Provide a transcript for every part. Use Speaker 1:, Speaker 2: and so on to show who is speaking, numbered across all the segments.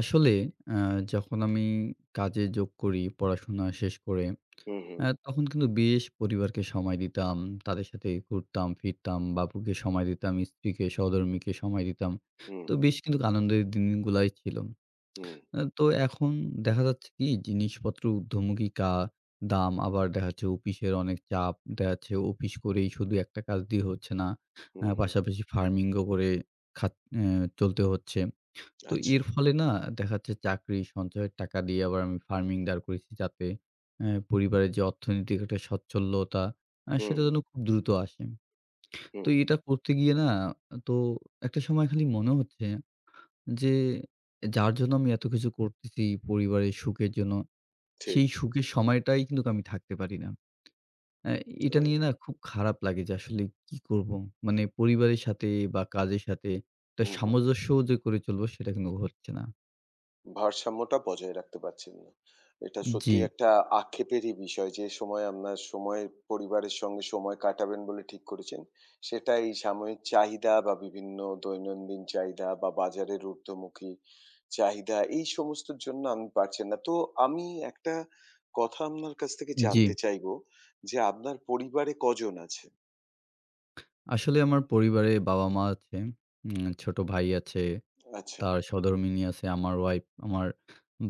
Speaker 1: আসলে আ যখন আমি কাজে যোগ করি, পড়াশোনা শেষ করে,
Speaker 2: হুম, হুম,
Speaker 1: তখন কিন্তু বেশ পরিবারকে সময় দিতাম। তাদের সাথে ঘুরতাম, ফিরতাম, বাবুকে সময় দিতাম, স্ত্রীকে, সহধর্মীকে সময় দিতাম।
Speaker 2: হুম,
Speaker 1: তো বেশ কিন্তু আনন্দের দিনগুলাই ছিল।
Speaker 2: হুম,
Speaker 1: তো এখন দেখা যাচ্ছে কি জিনিসপত্র ঊর্ধ্বমুখী দাম, আবার দেখা যাচ্ছে অফিসের অনেক চাপ। দেখা যাচ্ছে অফিস করেই শুধু একটা কাজ দিয়ে হচ্ছে না।
Speaker 2: হুম, হুম।
Speaker 1: পাশাপাশি ফার্মিং ও করে খাত অ্যা চলতে হচ্ছে। তো
Speaker 2: আচ্ছা।
Speaker 1: এর ফলে না দেখা যাচ্ছে চাকরি সঞ্চয়ের টাকা দিয়ে আবার আমি ফার্মিং দাঁড় করেছি, যাতে পরিবারের যে অর্থনৈতিক একটা সচ্ছলতা,
Speaker 2: হুম,
Speaker 1: সেটা যেন খুব দ্রুত আসে।
Speaker 2: হুম,
Speaker 1: তো এটা করতে গিয়ে না, তো একটা সময় খালি মনে হচ্ছে যে যার জন্য আমি এত কিছু করতেছি, পরিবারের সুখের জন্য,
Speaker 2: ঠিক।
Speaker 1: সেই সুখের সময়টাই কিন্তু আমি থাকতে পারি না। অ্যা
Speaker 2: আ
Speaker 1: এটা নিয়ে না খুব খারাপ লাগে যে আসলে কি করব? মানে পরিবারের সাথে বা কাজের সাথে একটা
Speaker 2: হুম, হুম।
Speaker 1: সামঞ্জস্য যে করে চলবো সেটা কিন্তু হচ্ছে না।
Speaker 2: ভারসাম্যটা বজায় রাখতে পারছেন না। এটা
Speaker 1: জি।
Speaker 2: সত্যিই একটা আক্ষেপেরই বিষয় যে সময় আপনার সময় পরিবারের সঙ্গে সময় কাটাবেন বলে ঠিক করেছেন, সেটা এই সাময়িক চাহিদা বা বিভিন্ন দৈনন্দিন চাহিদা বা বাজারের ঊর্ধ্বমুখী চাহিদা এই সমস্তর জন্য আপনি পারছেন না। তো আমি একটা কথা আপনার কাছ থেকে
Speaker 1: জি,
Speaker 2: জানতে চাইবো যে আপনার পরিবারে কজন আছে?
Speaker 1: আসলে আমার পরিবারে বাবা-মা আছে, ছোট ভাই আছে,
Speaker 2: আচ্ছা,
Speaker 1: তার সহধর্মিণী আছে, আমার ওয়াইফ, আমার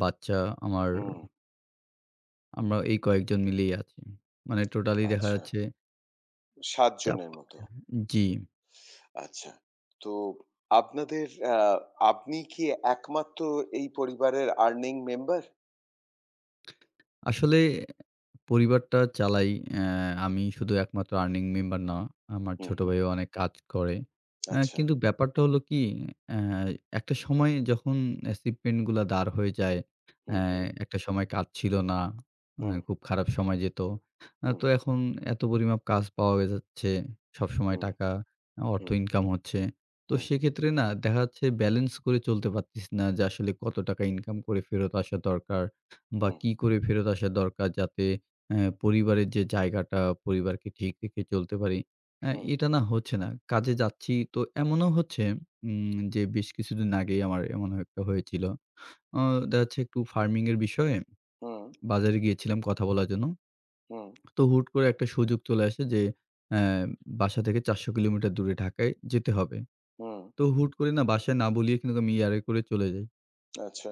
Speaker 1: বাচ্চা, আমার
Speaker 2: হুম।
Speaker 1: আমরা এই কয়েকজন মিলেই আছি। মানে টোটালি দেখা
Speaker 2: আচ্ছা,
Speaker 1: যাচ্ছে
Speaker 2: ৭
Speaker 1: চাপ,
Speaker 2: জনের মতো।
Speaker 1: জি,
Speaker 2: আচ্ছা। তো আপনাদের আ আপনি কি একমাত্র এই পরিবারের আর্নিং মেম্বার?
Speaker 1: আসলে পরিবারটা চালাই, অ্যা আমি শুধু একমাত্র আর্নিং মেম্বার না। আমার
Speaker 2: হুম,
Speaker 1: ছোট
Speaker 2: হুম।
Speaker 1: ভাইও অনেক কাজ করে।
Speaker 2: আচ্ছা।
Speaker 1: কিন্তু ব্যাপারটা হলো কি, অ্যা একটা সময় যখন অ্যাচিভমেন্ট গুলা দাঁড় হয়ে যায়,
Speaker 2: হুম,
Speaker 1: অ্যা
Speaker 2: হুম,
Speaker 1: একটা সময় কাজ ছিল না।
Speaker 2: হুম,
Speaker 1: খুব খারাপ সময় যেত।
Speaker 2: হুম,
Speaker 1: তো এখন এত পরিমাপ কাজ পাওয়া যাচ্ছে। সবসময়
Speaker 2: হুম,
Speaker 1: টাকা, অর্থ
Speaker 2: হুম,
Speaker 1: ইনকাম হচ্ছে। তো
Speaker 2: হুম,
Speaker 1: সেক্ষেত্রে না দেখা যাচ্ছে ব্যালেন্স করে চলতে পারতেছি না যে আসলে কত টাকা ইনকাম করে ফেরত আসা দরকার বা
Speaker 2: হুম,
Speaker 1: কি করে ফেরত আসা দরকার যাতে, হ্যাঁ, পরিবারের যে জায়গাটা, পরিবারকে ঠিক রেখে চলতে পারি।
Speaker 2: হুম,
Speaker 1: এটা না হচ্ছে না। কাজে যাচ্ছি তো এমনও হচ্ছে, যে বেশ কিছুদিন আগেই আমার এমন একটা হয়েছিল। অ দেখা যাচ্ছে একটু ফার্মিং এর বিষয়ে
Speaker 2: হুম,
Speaker 1: বাজারে গিয়েছিলাম কথা বলার জন্য।
Speaker 2: হুম,
Speaker 1: তো হুট করে একটা সুযোগ চলে আসে যে অ্যা বাসা থেকে ৪০০ কিলোমিটার দূরে ঢাকায় যেতে হবে।
Speaker 2: হুম।
Speaker 1: তো হুট করে না বাসায় না বলিয়ে কিন্তু আমি এয়ার এ করে চলে যাই।
Speaker 2: আচ্ছা।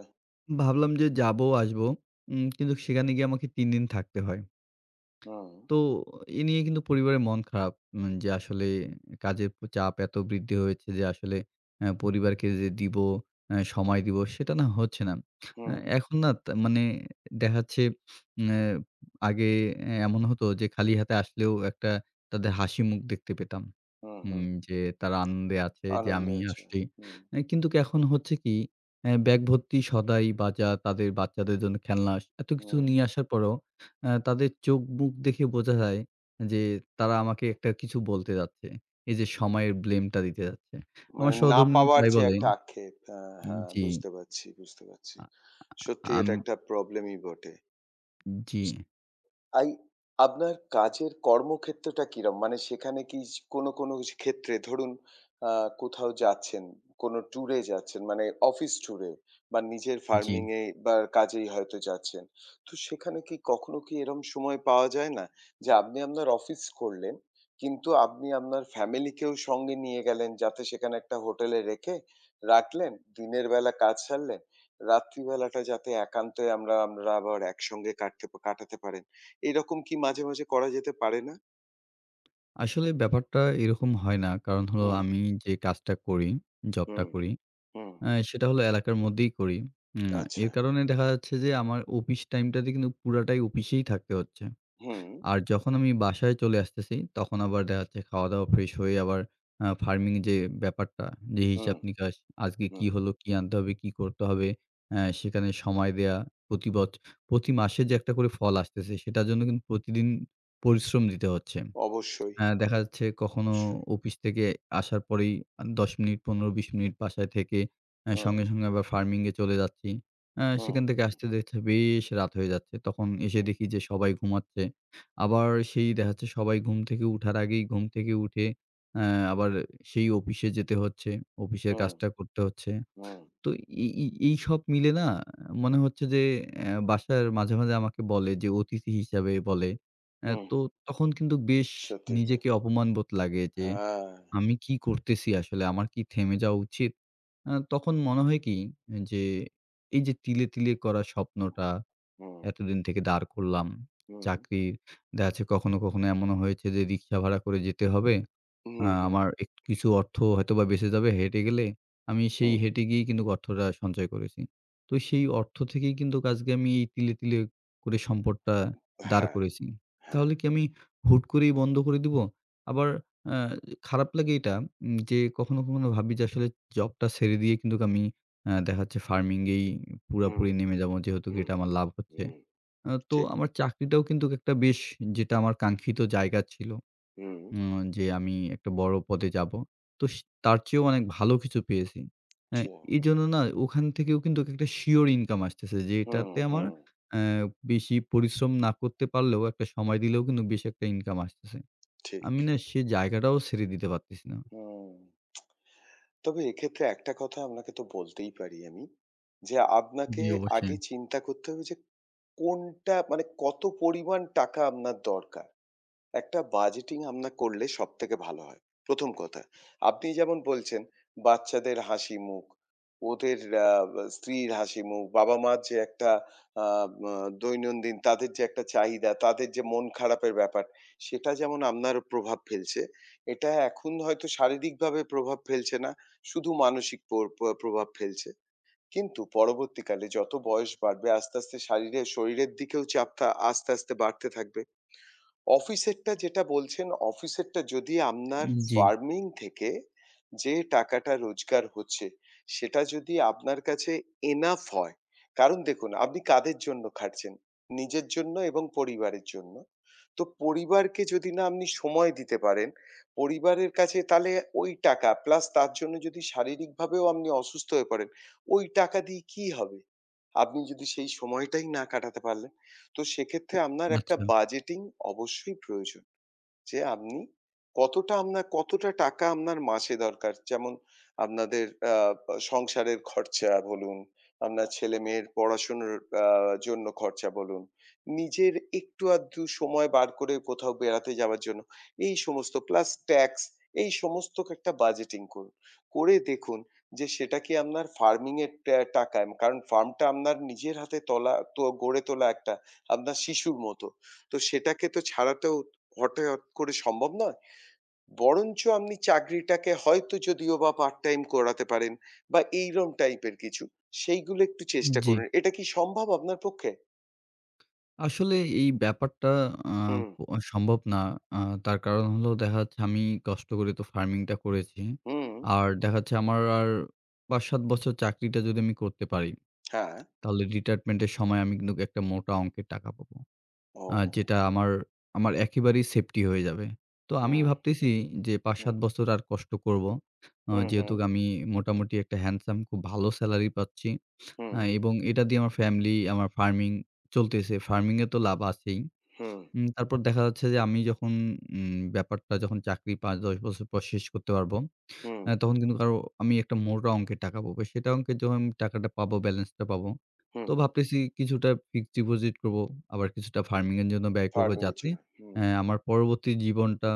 Speaker 1: ভাবলাম যে যাবো, আসবো। কিন্তু সেখানে গিয়ে আমাকে ৩ দিন থাকতে হয়।
Speaker 2: হুম,
Speaker 1: তো এ নিয়ে কিন্তু পরিবারের মন খারাপ, যে আসলে কাজের চাপ এত বৃদ্ধি হয়েছে যে আসলে পরিবারকে যে দিব, সময় দিব সেটা না হচ্ছে না। আ
Speaker 2: হুম,
Speaker 1: এখন না তা মানে দেখা যাচ্ছে অ্যা আগে এ এমন হতো যে খালি হাতে আসলেও একটা তাদের হাসি মুখ দেখতে পেতাম।
Speaker 2: হুম, হুম।
Speaker 1: যে তারা আনন্দে আছে যে
Speaker 2: আনন্দে
Speaker 1: আমি
Speaker 2: আছেন।
Speaker 1: আসছি।
Speaker 2: হুম,
Speaker 1: এ কিন্তু কি এখন হচ্ছে কি, ব্যাগ ভর্তি সদাই বাজার, তাদের বাচ্চাদের জন্য খেলনা, এত কিছু
Speaker 2: হুম।
Speaker 1: নিয়ে আসার পরেও তাদের চোখ-মুখ দেখে বোঝা যায় যে তারা আমাকে একটা কিছু বলতে যাচ্ছে। এই যে সময়ের ব্লেমটা দিতে যাচ্ছে।
Speaker 2: মানে
Speaker 1: আমার
Speaker 2: না
Speaker 1: সহধর্মিণী
Speaker 2: পাওয়ার
Speaker 1: প্রায়
Speaker 2: যে
Speaker 1: বলে,
Speaker 2: একটা আক্ষেপ। হ্যাঁ, হ্যাঁ,
Speaker 1: জি,
Speaker 2: বুঝতে পারছি, বুঝতে পারছি।
Speaker 1: আ আ
Speaker 2: সত্যি
Speaker 1: আম
Speaker 2: এটা একটা প্রবলেমই বটে।
Speaker 1: জি,
Speaker 2: আই আপনার কাজের কর্মক্ষেত্রটা কিরম? মানে সেখানে কি কোন, কোন স ক্ষেত্রে ধরুন আ কোথাও যাচ্ছেন, কোন ট্যুরে যাচ্ছেন, মানে অফিস ট্যুরে বা নিজের
Speaker 1: জি।
Speaker 2: ফার্মিং এ বা কাজেই হয়তো যাচ্ছেন। তো সেখানে কি কখনো কি এরম সময় পাওয়া যায় না? যে আপনি আপনার অফিস করলেন, কিন্তু আপনি আপনার ফ্যামিলি কেও সঙ্গে নিয়ে গেলেন, যাতে সেখানে একটা হোটেলে রেখে রাখলেন। দিনের বেলা কাজ সারলেন। রাত্রিবেলাটা যাতে একান্তই আমরা আমরা আবার একসঙ্গে কাটাতে পারি। এরকম কি মাঝে, মাঝে করা যেতে পারে না?
Speaker 1: আসলে ব্যাপারটা এরকম হয় না। কারণ হলো
Speaker 2: হুম,
Speaker 1: আমি যে কাজটা করি, জবটা
Speaker 2: হুম,
Speaker 1: করি,
Speaker 2: হুম।
Speaker 1: সেটা হলো এলাকার মধ্যেই করি। উম
Speaker 2: আচ্ছা।
Speaker 1: এর কারণে দেখা যাচ্ছে যে আমার অফিস টাইমটাতে কিন্তু পুরাটাই অফিসেই থাকতে হচ্ছে।
Speaker 2: হুম,
Speaker 1: আর যখন আমি বাসায় চলে আসতেছি, তখন আবার দেখা যাচ্ছে খাওয়া-দাওয়া ফ্রেশ হয়ে আবার ফার্মিং যে ব্যাপারটা, যে
Speaker 2: হুম,
Speaker 1: হিসাব-নিকাশ, আজকে
Speaker 2: হুম।
Speaker 1: কি হলো, কি আনতে হবে, কি করতে হবে, সেখানে সময় দেয়া, প্রতি বছ প্রতি মাসে যে একটা করে ফল আসতেছে, সেটার জন্য কিন্তু প্রতিদিন পরিশ্রম দিতে হচ্ছে।
Speaker 2: অবশ্যই,
Speaker 1: হ্যাঁ, দেখা যাচ্ছে কখনো
Speaker 2: অবশ্যই।
Speaker 1: অফিস থেকে আসার পরেই ১০ মিনিট ১৫-২০ মিনিট বাসায় থেকে
Speaker 2: হুম,
Speaker 1: সঙ্গে, সঙ্গে আবার ফার্মিং এ চলে যাচ্ছি।
Speaker 2: হুম,
Speaker 1: সেখান থেকে
Speaker 2: হুম,
Speaker 1: আসতে দেখছি বেশ রাত হয়ে যাচ্ছে। তখন এসে
Speaker 2: হুম।
Speaker 1: দেখি যে সবাই ঘুমাচ্ছে। আবার সেই দেখা যাচ্ছে সবাই ঘুম থেকে উঠার আগেই ঘুম থেকে উঠে অ্যা আবার সেই অফিসে যেতে হচ্ছে। অফিসের
Speaker 2: হুম,
Speaker 1: কাজটা করতে হচ্ছে।
Speaker 2: হুম,
Speaker 1: তো এই এই এইসব মিলে না মনে হচ্ছে যে বাসার মাঝে, মাঝে আমাকে বলে যে অতিথি হিসাবে বলে।
Speaker 2: হুম।
Speaker 1: তো তখন কিন্তু বেশ
Speaker 2: সত্যিই তাই।
Speaker 1: নিজেকে অপমানবোধ লাগে যে
Speaker 2: হ্যাঁ।
Speaker 1: আমি কি করতেছি আসলে? আমার কি থেমে যাওয়া উচিত? তখন মনে হয় কি যে এই যে তিলে, তিলে করা স্বপ্নটা
Speaker 2: হুম,
Speaker 1: এতদিন থেকে দাঁড় করলাম।
Speaker 2: হুম।
Speaker 1: চাকরির দেখা যাচ্ছে কখনো, কখনো এমনও হয়েছে যে রিক্সা ভাড়া করে যেতে হবে।
Speaker 2: হু, হু।
Speaker 1: আমার এক কিছু অর্থ হয়তোবা বেঁচে যাবে হেঁটে গেলে। আমি সেই
Speaker 2: হুম।
Speaker 1: হেঁটে গিয়েই কিন্তু অর্থটা সঞ্চয় করেছি। তো সেই অর্থ থেকেই কিন্তু আজকে আমি এই তিলে, তিলে করে সম্পদটা দাঁড়
Speaker 2: হ্যাঁ,
Speaker 1: করেছি।
Speaker 2: হ্যাঁ।
Speaker 1: তাহলে কি আমি হুট করেই বন্ধ করে দিব? আবার আ খারাপ লাগে এটা, যে কখনো, কখনো ভাবি যে আসলে জবটা ছেড়ে দিয়ে কিন্তু আমি দেখা যাচ্ছে ফার্মিং এই
Speaker 2: হুম,
Speaker 1: পুরাপুরি নেমে যাবো, যেহেতু কি
Speaker 2: হুম,
Speaker 1: এটা আমার লাভ হচ্ছে।
Speaker 2: হুম।
Speaker 1: তো
Speaker 2: ঠিক।
Speaker 1: আমার চাকরিটাও কিন্তু একটা বেশ, যেটা আমার কাঙ্ক্ষিত জায়গা ছিল।
Speaker 2: হুম।
Speaker 1: উম যে আমি একটা বড় পদে যাবো। তো তার চেয়েও অনেক ভালো কিছু পেয়েছি। হ্যাঁ,
Speaker 2: ঠিক।
Speaker 1: এজন্য না ওখান থেকেও কিন্তু একটা সিওর ইনকাম আসতেছে
Speaker 2: হুম,
Speaker 1: যেটাতে আমার
Speaker 2: হুম।
Speaker 1: অ্যা বেশি পরিশ্রম না করতে পারলেও একটা সময় দিলেও কিন্তু বেশ একটা ইনকাম আসতেছে।
Speaker 2: ঠিক।
Speaker 1: আমি না সে জায়গাটাও ছেড়ে দিতে পারতেছি না।
Speaker 2: হুম। তবে এক্ষেত্রে একটা কথা আপনাকে তো বলতেই পারি আমি। যে আপনাকে
Speaker 1: জি,
Speaker 2: আগে
Speaker 1: অবশ্যই।
Speaker 2: চিন্তা করতে হবে যে কোনটা মানে কত পরিমাণ টাকা আপনার দরকার? একটা বাজেটিং আমরা করলে সবথেকে ভালো হয়। ১ম কথা। আপনি যেমন বলছেন বাচ্চাদের হাসি মুখ, ওদের আ স্ত্রীর হাসি মুখ, বাবা-মার যে একটা আ মা দৈনন্দিন তাদের যে একটা চাহিদা, তাদের যে মন খারাপের ব্যাপার, সেটা যেমন আপনার প্রভাব ফেলছে। এটা এখন হয়তো শারীরিকভাবে প্রভাব ফেলছে না, শুধু মানসিক পর প প্রভাব ফেলছে। কিন্তু পরবর্তীকালে যত বয়স বাড়বে আস্তে, আস্তে শরীরের দিকেও চাপটা আস্তে, আস্তে বাড়তে থাকবে। অফিসেরটা যেটা বলছেন, অফিসেরটা যদি আপনার
Speaker 1: জি,
Speaker 2: ফার্মিং থেকে যে টাকাটা রোজগার হচ্ছে, সেটা যদি আপনার কাছে এনাফ হয়। কারণ দেখুন, আপনি কাদের জন্য খাটছেন? নিজের জন্য এবং পরিবারের জন্য। তো পরিবারকে যদি না আপনি সময় দিতে পারেন, পরিবারের কাছে তাহলে ওই টাকা প্লাস তার জন্য যদি শারীরিকভাবেও আপনি অসুস্থ হয়ে পড়েন, ওই টাকা দিয়ে কি হবে? আপনি যদি সেই সময়টাই না কাটাতে পারলেন? তো সেক্ষেত্রে আপনার একটা
Speaker 1: আচ্ছা।
Speaker 2: বাজেটিং অবশ্যই প্রয়োজন। যে আপনি কতটা টাকা আপনার মাসে দরকার? যেমন আপনাদের আ সংসারের খরচা বলুন, আপনার ছেলেমেয়ের পড়াশোনার আ জন্য খরচা বলুন, নিজের একটু আধটু সময় বার করে কোথাও বেড়াতে যাওয়ার জন্য। এই সমস্ত প্লাস ট্যাক্স, এই সমস্ত একটা বাজেটিং করুন। করে দেখুন যে সেটা কি আপনার ফার্মিং এর টাকায়, কারণ ফার্মটা আপনার নিজের হাতে তোলা তো গড়ে তোলা একটা আপনার শিশুর মতো। তো সেটাকে তো ছাড়াতেও হঠাৎ করে সম্ভব নয়। বরঞ্চ আপনি চাকরিটাকে হয়তো যদিও বা পার্ট টাইম করাতে পারেন বা এইরকম টাইপের কিছু। সেইগুলো একটু চেষ্টা
Speaker 1: জি।
Speaker 2: করুন। এটা কি সম্ভব আপনার পক্ষে?
Speaker 1: আসলে এই ব্যাপারটা আ
Speaker 2: হুম,
Speaker 1: প সম্ভব না। আ তার কারণ হলো দেখা যাচ্ছে আমি কষ্ট করে তো ফার্মিংটা করেছি।
Speaker 2: হুম,
Speaker 1: আর দেখা যাচ্ছে আমার আর ৫-৭ বছর চাকরিটা যদি আমি করতে পারি,
Speaker 2: হ্যাঁ।
Speaker 1: তাহলে রিটায়ারমেন্টের সময় আমি কিন্তু একটা মোটা অঙ্কের টাকা পাবো।
Speaker 2: ও!
Speaker 1: যেটা আমার, আমার একেবারেই সেফটি হয়ে যাবে। তো আমি
Speaker 2: হুম,
Speaker 1: ভাবতেছি যে
Speaker 2: হুম,
Speaker 1: ৫-৭ বছর আর কষ্ট করব।
Speaker 2: হুম,
Speaker 1: যেহেতু
Speaker 2: হুম,
Speaker 1: আমি মোটামুটি একটা হ্যান্ডসাম খুব ভালো সেলারি পাচ্ছি।
Speaker 2: হুম,
Speaker 1: এবং এটা দিয়ে আমার ফ্যামিলি, আমার ফার্মিং চলতেছে। ফার্মিং এ তো লাভ আছেই।
Speaker 2: হুম,
Speaker 1: তারপর দেখা যাচ্ছে যে আমি যখন, ব্যাপারটা যখন চাকরি ৫-১০ বছর পর শেষ করতে পারব,
Speaker 2: হুম,
Speaker 1: তখন কিন্তু কারো আমি একটা মোটা অঙ্কের টাকা পাবো। সেটা অঙ্কের যখন আমি টাকাটা পাবো, ব্যালেন্সটা পাবো।
Speaker 2: হুম।
Speaker 1: তো ভাবতেছি কিছুটা ফিক্সড ডিপোজিট করবো, আবার কিছুটা ফার্মিং এর জন্য ব্যয় করবো
Speaker 2: ফার্মিং এর
Speaker 1: যাতে
Speaker 2: জন্য। হুম।
Speaker 1: আমার পরবর্তী জীবনটা,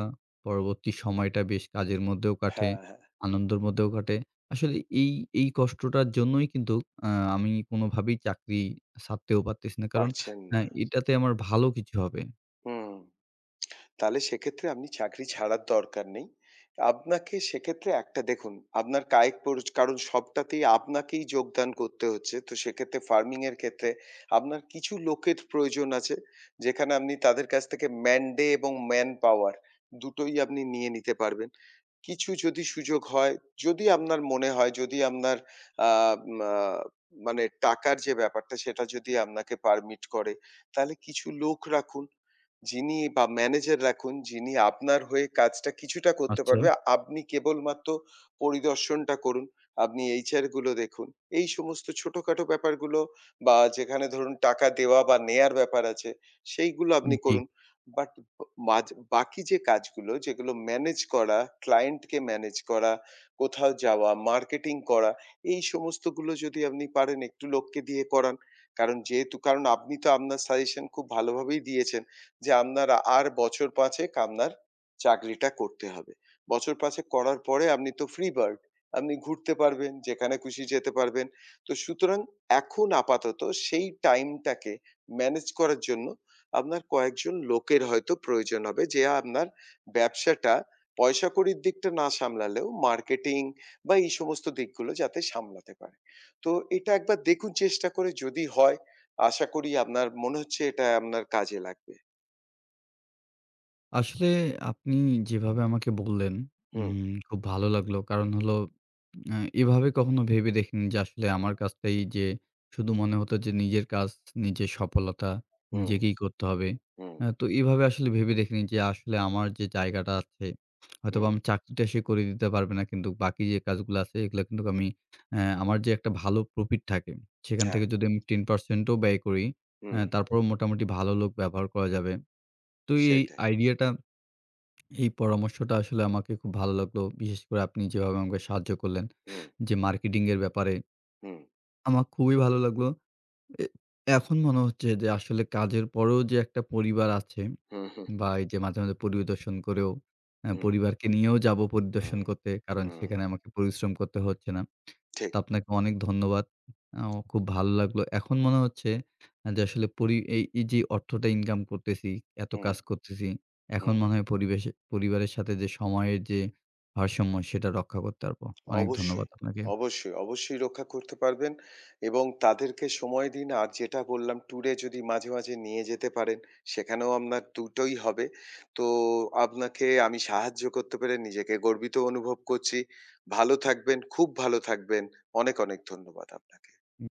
Speaker 1: পরবর্তী সময়টা বেশ কাজের মধ্যেও কাটে,
Speaker 2: হ্যাঁ, হ্যাঁ।
Speaker 1: আনন্দের মধ্যেও কাটে। আসলে এই, এই কষ্টটার জন্যই কিন্তু আ আমি কোনোভাবেই চাকরি ছাড়তেও পারতেছি না। কারণ
Speaker 2: পারছেন না।
Speaker 1: এটাতে আমার ভালো কিছু হবে।
Speaker 2: হুম। তাহলে সেক্ষেত্রে আপনি চাকরি ছাড়ার দরকার নেই। আপনাকে সেক্ষেত্রে একটা দেখুন, আপনার কায়িক পরিচ কারণ সবটাতেই আপনাকেই যোগদান করতে হচ্ছে। তো সেক্ষেত্রে ফার্মিং এর ক্ষেত্রে আপনার কিছু লোকের প্রয়োজন আছে, যেখানে আপনি তাদের কাছ থেকে ম্যান ডে এবং ম্যান পাওয়ার দুটোই আপনি নিয়ে নিতে পারবেন। কিছু যদি সুযোগ হয়, যদি আপনার মনে হয়, যদি আপনার আ মা মানে টাকার যে ব্যাপারটা সেটা যদি আপনাকে পারমিট করে, তাহলে কিছু লোক রাখুন। যিনি বা ম্যানেজার রাখুন, যিনি আপনার হয়ে কাজটা কিছুটা করতে
Speaker 1: আচ্ছা,
Speaker 2: পারবে। আপনি কেবলমাত্র পরিদর্শনটা করুন। আপনি HR গুলো দেখুন। এই সমস্ত ছোটখাটো ব্যাপারগুলো বা যেখানে ধরুন টাকা দেওয়া বা নেয়ার ব্যাপার আছে, সেইগুলো আপনি
Speaker 1: জি।
Speaker 2: করুন। বাট ব মাঝ বাকি যে কাজগুলো যেগুলো ম্যানেজ করা, ক্লায়েন্টকে ম্যানেজ করা, কোথাও যাওয়া, মার্কেটিং করা, এই সমস্তগুলো যদি আপনি পারেন একটু লোককে দিয়ে করান। কারণ আপনি তো আপনার সাজেশন খুব ভালোভাবেই দিয়েছেন যে, আপনার আর বছর ৫ এক আপনার চাকরিটা করতে হবে। বছর ৫ এক করার পরে আপনি তো ফ্রি বার্ড। আপনি ঘুরতে পারবেন, যেখানে খুশি যেতে পারবেন। তো সুতরাং এখন আপাতত সেই টাইমটাকে ম্যানেজ করার জন্য আপনার কয়েকজন লোকের হয়তো প্রয়োজন হবে, যে আপনার ব্যবসাটা পয়সাকড়ির দিকটা না সামলালেও মার্কেটিং বা এই সমস্ত দিকগুলো যাতে সামলাতে পারে। তো এটা একবার দেখুন, চেষ্টা করে যদি হয় আশা করি আপনার মনে হচ্ছে এটা আপনার কাজে লাগবে।
Speaker 1: আসলে আপনি যেভাবে আমাকে বললেন,
Speaker 2: হুম,
Speaker 1: খুব ভালো লাগলো। কারণ হলো আ এভাবে কখনো ভেবে দেখিনি যে আসলে আমার কাজটাই যে, শুধু মনে হতো যে নিজের কাজ, নিজের সফলতা
Speaker 2: হুম,
Speaker 1: নিজেকেই করতে হবে।
Speaker 2: হুম,
Speaker 1: তো এভাবে আসলে ভেবে দেখিনি যে আসলে আমার যে জায়গাটা আছে হয়তোবা
Speaker 2: হুম,
Speaker 1: আমি চাকরিটা সে করে দিতে পারবে না। কিন্তু বাকি যে কাজগুলো আছে এগুলো কিন্তু আমি আমার যে একটা ভালো প্রফিট থাকে সেখান
Speaker 2: হ্যাঁ,
Speaker 1: থেকে যদি আমি 10% ও ব্যয় করি,
Speaker 2: হুম,
Speaker 1: তারপরেও মোটামুটি ভালো লোক ব্যবহার করা যাবে। তো এই
Speaker 2: সেটাই।
Speaker 1: আইডিয়াটা, এই পরামর্শটা আসলে আমাকে খুব ভালো লাগলো। বিশেষ করে আপনি যেভাবে আমাকে সাহায্য করলেন
Speaker 2: হুম,
Speaker 1: যে মার্কেটিং এর ব্যাপারে,
Speaker 2: হুম,
Speaker 1: আমার খুবই ভালো লাগলো। এ এখন মনে হচ্ছে যে আসলে কাজের পরেও যে একটা পরিবার আছে
Speaker 2: হুম, হুম,
Speaker 1: বা এই যে মাঝে, মাঝে পরিদর্শন করেও
Speaker 2: হুম,
Speaker 1: পরিবারকে নিয়েও যাবো
Speaker 2: হুম,
Speaker 1: পরিদর্শন করতে। কারণ
Speaker 2: হুম,
Speaker 1: সেখানে আমাকে পরিশ্রম করতে হচ্ছে না।
Speaker 2: ঠিক।
Speaker 1: তো আপনাকে অনেক ধন্যবাদ। আ খুব ভালো লাগলো। এখন মনে হচ্ছে যে আসলে এই, এই যে অর্থটা ইনকাম করতেছি, এত
Speaker 2: হুম,
Speaker 1: কাজ করতেছি, এখন
Speaker 2: হুম।
Speaker 1: মনে হয় পরিবেশে পরিবারের সাথে যে সময়ের যে ভারসাম্য সেটা রক্ষা করতে পারবো। অনেক ধন্যবাদ
Speaker 2: অবশ্যই,
Speaker 1: আপনাকে।
Speaker 2: অবশ্যই, অবশ্যই রক্ষা করতে পারবেন এবং তাদেরকে সময় দিন। আর যেটা বললাম ট্যুরে যদি মাঝে, মাঝে নিয়ে যেতে পারেন, সেখানেও আপনার দুটোই হবে। তো আপনাকে আমি সাহায্য করতে পেরে নিজেকে গর্বিত অনুভব করছি। ভালো থাকবেন, খুব ভালো থাকবেন। অনেক, অনেক ধন্যবাদ আপনাকে।